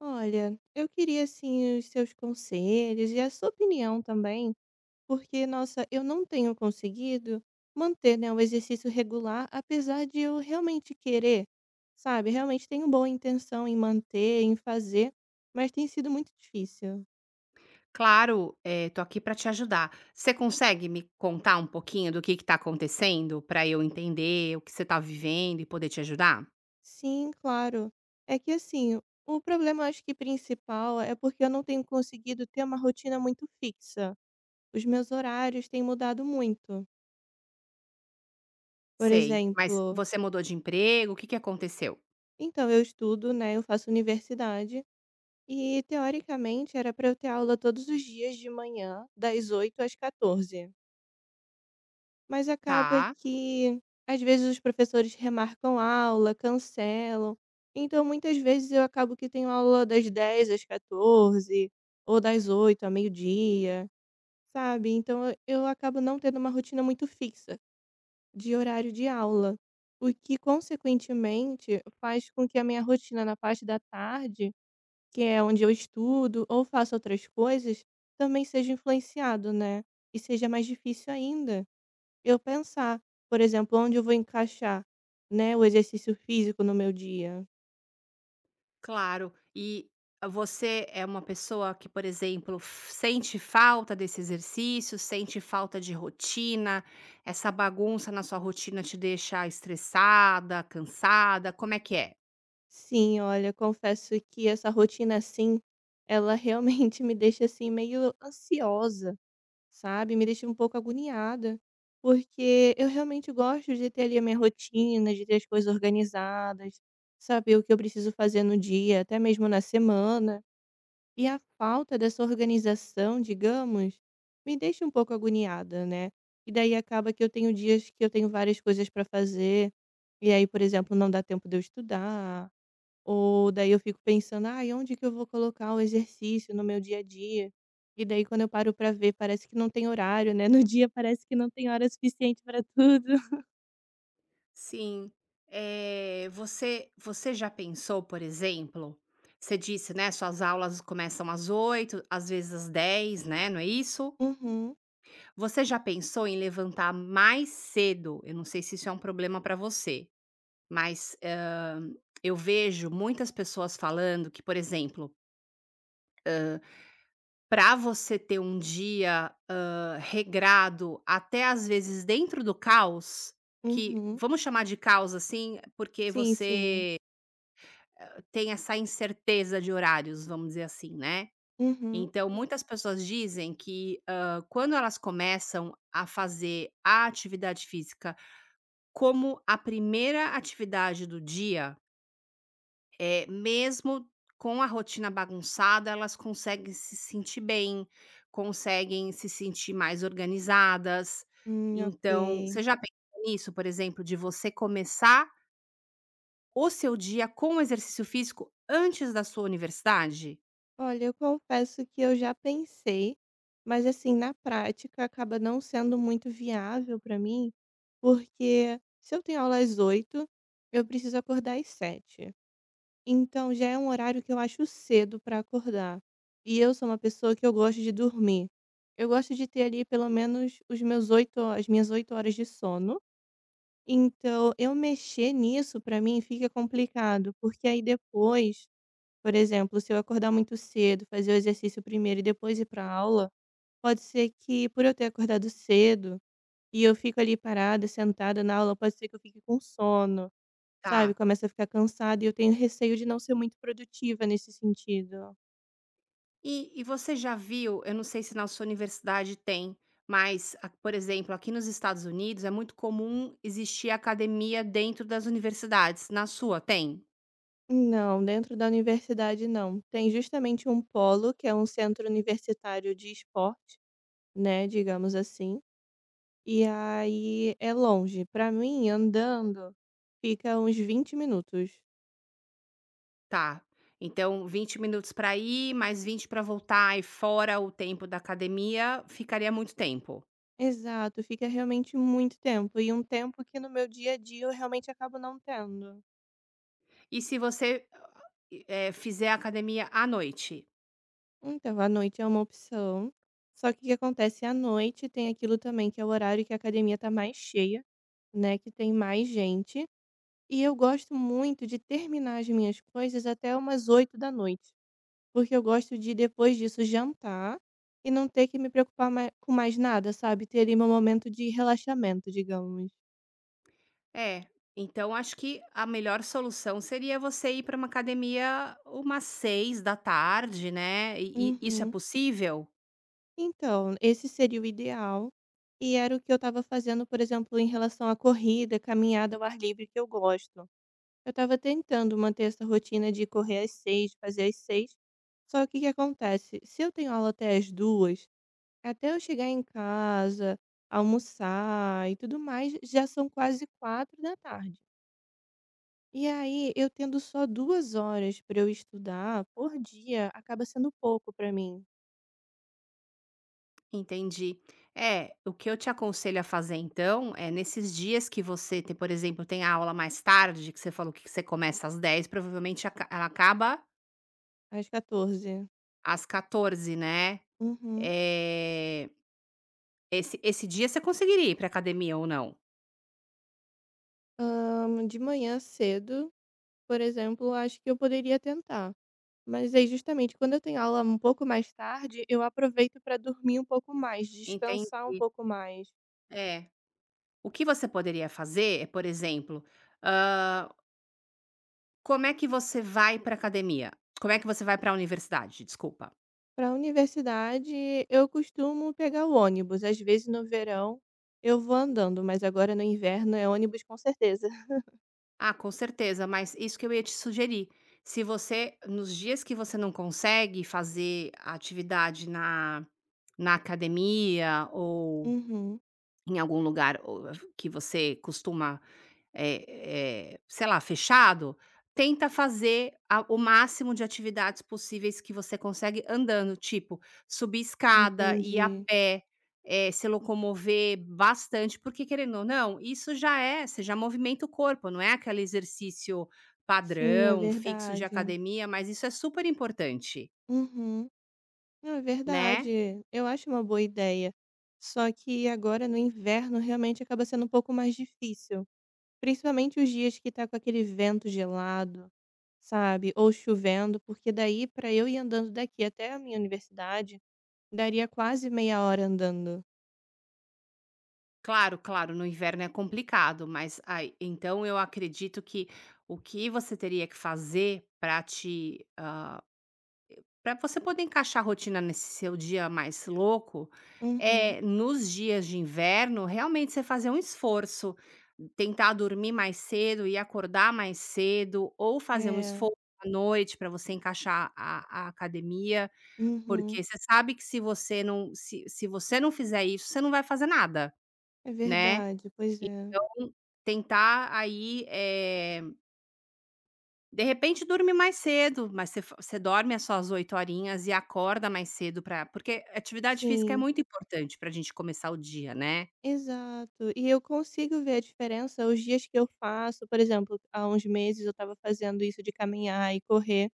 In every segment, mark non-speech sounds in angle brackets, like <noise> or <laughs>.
Olha, eu queria assim os seus conselhos e a sua opinião também, porque nossa, eu não tenho conseguido manter, né, o exercício regular, apesar de eu realmente querer, sabe? Realmente tenho boa intenção em manter, em fazer, mas tem sido muito difícil. Claro, tô aqui para te ajudar. Você consegue me contar um pouquinho do que tá acontecendo para eu entender o que você tá vivendo e poder te ajudar? Sim, claro. É que assim, o problema acho que principal é porque eu não tenho conseguido ter uma rotina muito fixa. Os meus horários têm mudado muito. Por Sei, mas exemplo, você mudou de emprego, o que aconteceu? então, eu estudo, né, eu faço universidade e teoricamente era para eu ter aula todos os dias de manhã, das 8 às 14. Mas acaba Tá, que às vezes os professores remarcam aula, cancelam. Então, muitas vezes eu acabo que tenho aula das 10 às 14 ou das 8 a meio-dia, sabe? Então, eu acabo não tendo uma rotina muito fixa de horário de aula, o que consequentemente faz com que a minha rotina na parte da tarde que é onde eu estudo ou faço outras coisas, também seja influenciado, né? E seja mais difícil ainda eu pensar, por exemplo, onde eu vou encaixar, né, o exercício físico no meu dia. claro. E você é uma pessoa que, por exemplo, sente falta desse exercício, sente falta de rotina, essa bagunça na sua rotina te deixa estressada, cansada, como é que é? Sim, olha, confesso que essa rotina assim, ela realmente <laughs> me deixa assim meio ansiosa, sabe? Me deixa um pouco agoniada, porque eu realmente gosto de ter ali a minha rotina, de ter as coisas organizadas, saber o que eu preciso fazer no dia, até mesmo na semana. E a falta dessa organização, digamos, me deixa um pouco agoniada, né. E daí acaba que eu tenho dias que eu tenho várias coisas para fazer, e aí, por exemplo, não dá tempo de eu estudar, ou daí eu fico pensando: ah, onde que eu vou colocar o exercício no meu dia a dia?". E daí quando eu paro para ver, parece que não tem horário, né, no dia parece que não tem hora suficiente para tudo. <laughs> Sim. Você já pensou, por exemplo, você disse, né, suas aulas começam às oito às vezes às dez, né, não é isso? Uhum, Você já pensou em levantar mais cedo? Eu não sei se isso é um problema para você, mas, eu vejo muitas pessoas falando que, por exemplo, para você ter um dia, regrado, até às vezes dentro do caos, que uhum. vamos chamar de caos, assim, porque Sim, sim. você tem essa incerteza de horários, vamos dizer assim, né. Uhum. Então muitas pessoas dizem que, quando elas começam a fazer a atividade física como a primeira atividade do dia, é mesmo com a rotina bagunçada, elas conseguem se sentir bem, conseguem se sentir mais organizadas. Então, Ok. você já pensou nisso, por exemplo, de você começar o seu dia com o exercício físico antes da sua universidade? Olha, eu confesso que eu já pensei, mas assim, na prática acaba não sendo muito viável para mim, porque se eu tenho aula às 8, eu preciso acordar às 7. Então já é um horário que eu acho cedo para acordar. E eu sou uma pessoa que eu gosto de dormir. Eu gosto de ter ali pelo menos os meus 8, ho- as minhas 8 horas de sono. Então, eu mexer nisso para mim fica complicado, porque aí depois por exemplo, se eu acordar muito cedo, fazer o exercício primeiro e depois ir pra aula, pode ser que por eu ter acordado cedo, e eu fico ali parada, sentada na aula, pode ser que eu fique com sono, sabe, Tá. começa a ficar cansada e eu tenho receio de não ser muito produtiva nesse sentido. E você já viu, eu não sei se na sua universidade tem, mas a, por exemplo, aqui nos Estados Unidos é muito comum existir academia dentro das universidades. Na sua tem? Não, dentro da universidade não. Tem justamente um polo, que é um centro universitário de esporte, né, digamos assim, e aí é longe. Para mim, andando, fica uns 20 minutos. Tá. Então 20 minutos para ir, mais 20 para voltar e fora o tempo da academia, ficaria muito tempo. Exato, fica realmente muito tempo, e um tempo que no meu dia a dia eu realmente acabo não tendo. E se você, fizer academia à noite? Então, à noite é uma opção, só que o que acontece, à noite tem aquilo também que é o horário que a academia tá mais cheia, né, que tem mais gente, e eu gosto muito de terminar as minhas coisas até umas 8 da noite, porque eu gosto de depois disso jantar e não ter que me preocupar mai com mais nada, sabe, ter ali meu momento de relaxamento, digamos. É, então acho que a melhor solução seria você ir para uma academia umas seis da tarde, né, e isso é Uhum. possível? Então, esse seria o ideal, e era o que eu estava fazendo, por exemplo, em relação à corrida, caminhada ao ar livre que eu gosto. Eu estava tentando manter essa rotina de correr às 6, fazer às 6. Só que o que acontece? Se eu tenho aula até às 2, até eu chegar em casa, almoçar e tudo mais, já são quase 4 da tarde. E aí, eu tendo só 2 horas para eu estudar por dia, acaba sendo pouco para mim, Entendi. É, o que eu te aconselho a fazer então, é nesses dias que você tem, por exemplo, tem a aula mais tarde, que você falou que você começa às dez, provavelmente aca ela acaba às 14. às 14, né. Uhum. É, esse dia você conseguiria ir para academia ou não? De manhã cedo, por exemplo, acho que eu poderia tentar. Mas aí, justamente, quando eu tenho aula um pouco mais tarde, eu aproveito para dormir um pouco mais, Enten descansar um pouco mais. é. O que você poderia fazer é, por exemplo, como é que você vai pra academia? Como é que você vai pra universidade? Desculpa. Para a universidade, eu costumo pegar o ônibus. Às vezes, no verão, eu vou andando, mas agora no inverno é ônibus com certeza. <laughs> Ah, com certeza, mas isso que eu ia te sugerir. Se você, nos dias que você não consegue fazer a atividade na, na academia ou Uhum, em algum lugar ou, que você costuma Eh sei lá, fechado, tenta fazer a o máximo de atividades possíveis que você consegue andando, tipo, subir escada, ir a entendi. pé, se locomover bastante, porque querendo ou não, isso já é, você já movimenta o corpo, não é aquele exercício Sim, é padrão, fixo de verdade. academia, mas isso é super importante, Uhum. Não, é né. verdade. Eu acho uma boa ideia. Só que agora no inverno realmente acaba sendo um pouco mais difícil. Principalmente os dias que tá com aquele vento gelado, sabe? Ou chovendo, porque daí pra eu ir andando daqui até a minha universidade, daria quase meia hora andando. Claro, claro, no inverno é complicado, mas aí então eu acredito que o que você teria que fazer para te para você poder encaixar a rotina nesse seu dia mais louco, Uhum. é nos dias de inverno, realmente você fazer um esforço, tentar dormir mais cedo e acordar mais cedo, ou fazer um É. esforço à noite para você encaixar a academia, Uhum. porque você sabe que se você não fizer isso, você não vai fazer nada, É né. verdade, pois é. Então, tentar aí, de repente dorme mais cedo, mas você fa você dorme as suas 8 horinhas e acorda mais cedo para, porque atividade física é Sim, muito importante para a gente começar o dia, né. exato. E eu consigo ver a diferença os dias que eu faço, por exemplo, há uns meses eu estava fazendo isso de caminhar e correr.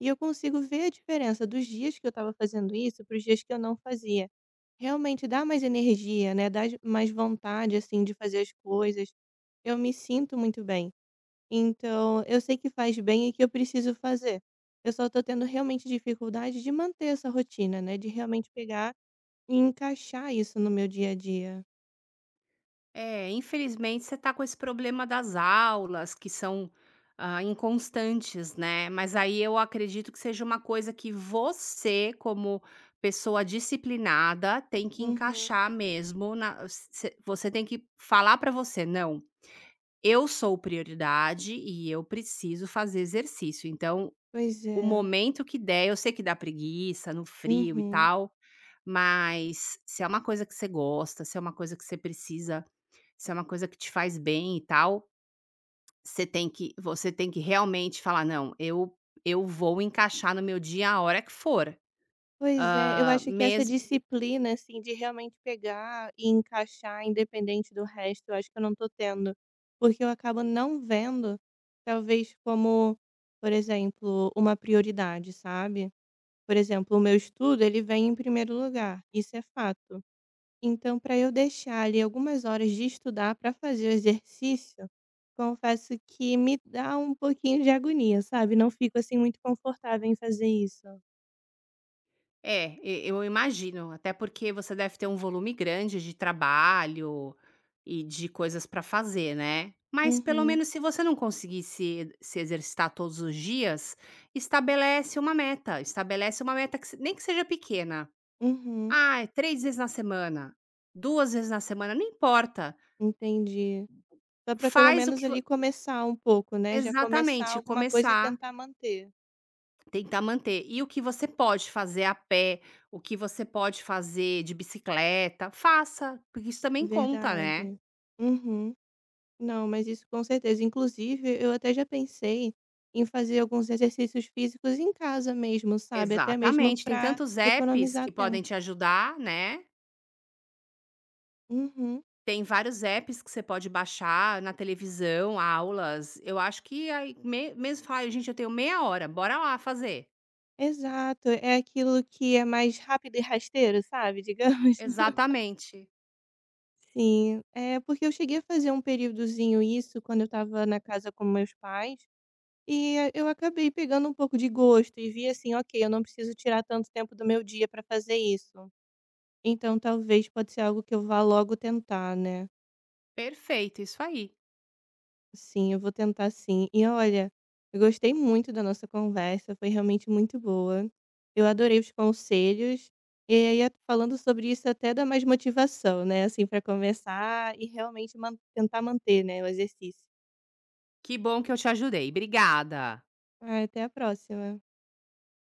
E eu consigo ver a diferença dos dias que eu estava fazendo isso para os dias que eu não fazia. Realmente dá mais energia, né, dá mais vontade, assim, de fazer as coisas. Eu me sinto muito bem. Então, eu sei que faz bem e que eu preciso fazer. Eu só tô tendo realmente dificuldade de manter essa rotina, né, de realmente pegar e encaixar isso no meu dia a dia. É, infelizmente você tá com esse problema das aulas que são, inconstantes, né, mas aí eu acredito que seja uma coisa que você, como pessoa disciplinada, tem que Uhum. encaixar mesmo na s você tem que falar para você: "Não, eu sou prioridade e eu preciso fazer exercício, então Pois o é. momento que der, eu sei que dá preguiça no frio e Uhum. tal, mas se é uma coisa que você gosta, se é uma coisa que você precisa, se é uma coisa que te faz bem e tal, você tem que realmente falar: "Não, eu vou encaixar no meu dia a hora que for". Pois é, eu Hã, acho que essa mes disciplina, assim, de realmente pegar e encaixar independente do resto, eu acho que eu não tô tendo, porque eu acabo não vendo, talvez como, por exemplo, uma prioridade, sabe. Por exemplo, o meu estudo, ele vem em primeiro lugar, isso é fato. Então para eu deixar ali algumas horas de estudar para fazer o exercício, confesso que me dá um pouquinho de agonia, sabe, não fico, assim, muito confortável em fazer isso. É, e eu imagino, até porque você deve ter um volume grande de trabalho e de coisas para fazer, né? Mas pelo Uhum, menos se você não conseguir se exercitar todos os dias, estabelece uma meta. Estabelece uma meta que nem que seja pequena. uhum. Ah, é três vezes na semana, duas vezes na semana, não importa. Entendi. Só para pelo Faz o menos que. Vo- ali começar um pouco, né, já começar Exatamente, alguma coisa e começar, tentar manter. tentar manter. E o que você pode fazer a pé, o que você pode fazer de bicicleta, faça, porque isso também conta, né. Verdade. Uhum. Não, mas isso com certeza. Inclusive, eu até já pensei em fazer alguns exercícios físicos em casa mesmo, sabe, até mesmo Exatamente, tem para tantos apps economizar que tempo. podem te ajudar, né. Uhum. Tem vários apps que você pode baixar na televisão, aulas. Eu acho que aí me mesmo falar: "Ai, gente, eu tenho meia hora, bora lá fazer". Exato, é aquilo que é mais rápido e rasteiro, sabe, digamos. <laughs> Exatamente. Sim, é porque eu cheguei a fazer um períodozinho isso quando eu estava na casa com meus pais. E eu acabei pegando um pouco de gosto e vi assim: "Ok, eu não preciso tirar tanto tempo do meu dia para fazer isso. Então talvez pode ser algo que eu vá logo tentar, né. Perfeito, isso aí. Sim, eu vou tentar sim". E olha, eu gostei muito da nossa conversa, foi realmente muito boa. Eu adorei os conselhos, e aí a falando sobre isso até dá mais motivação, né, assim, para começar e realmente man tentar manter, né, o exercício. Que bom que eu te ajudei. Obrigada. Ai, até a próxima.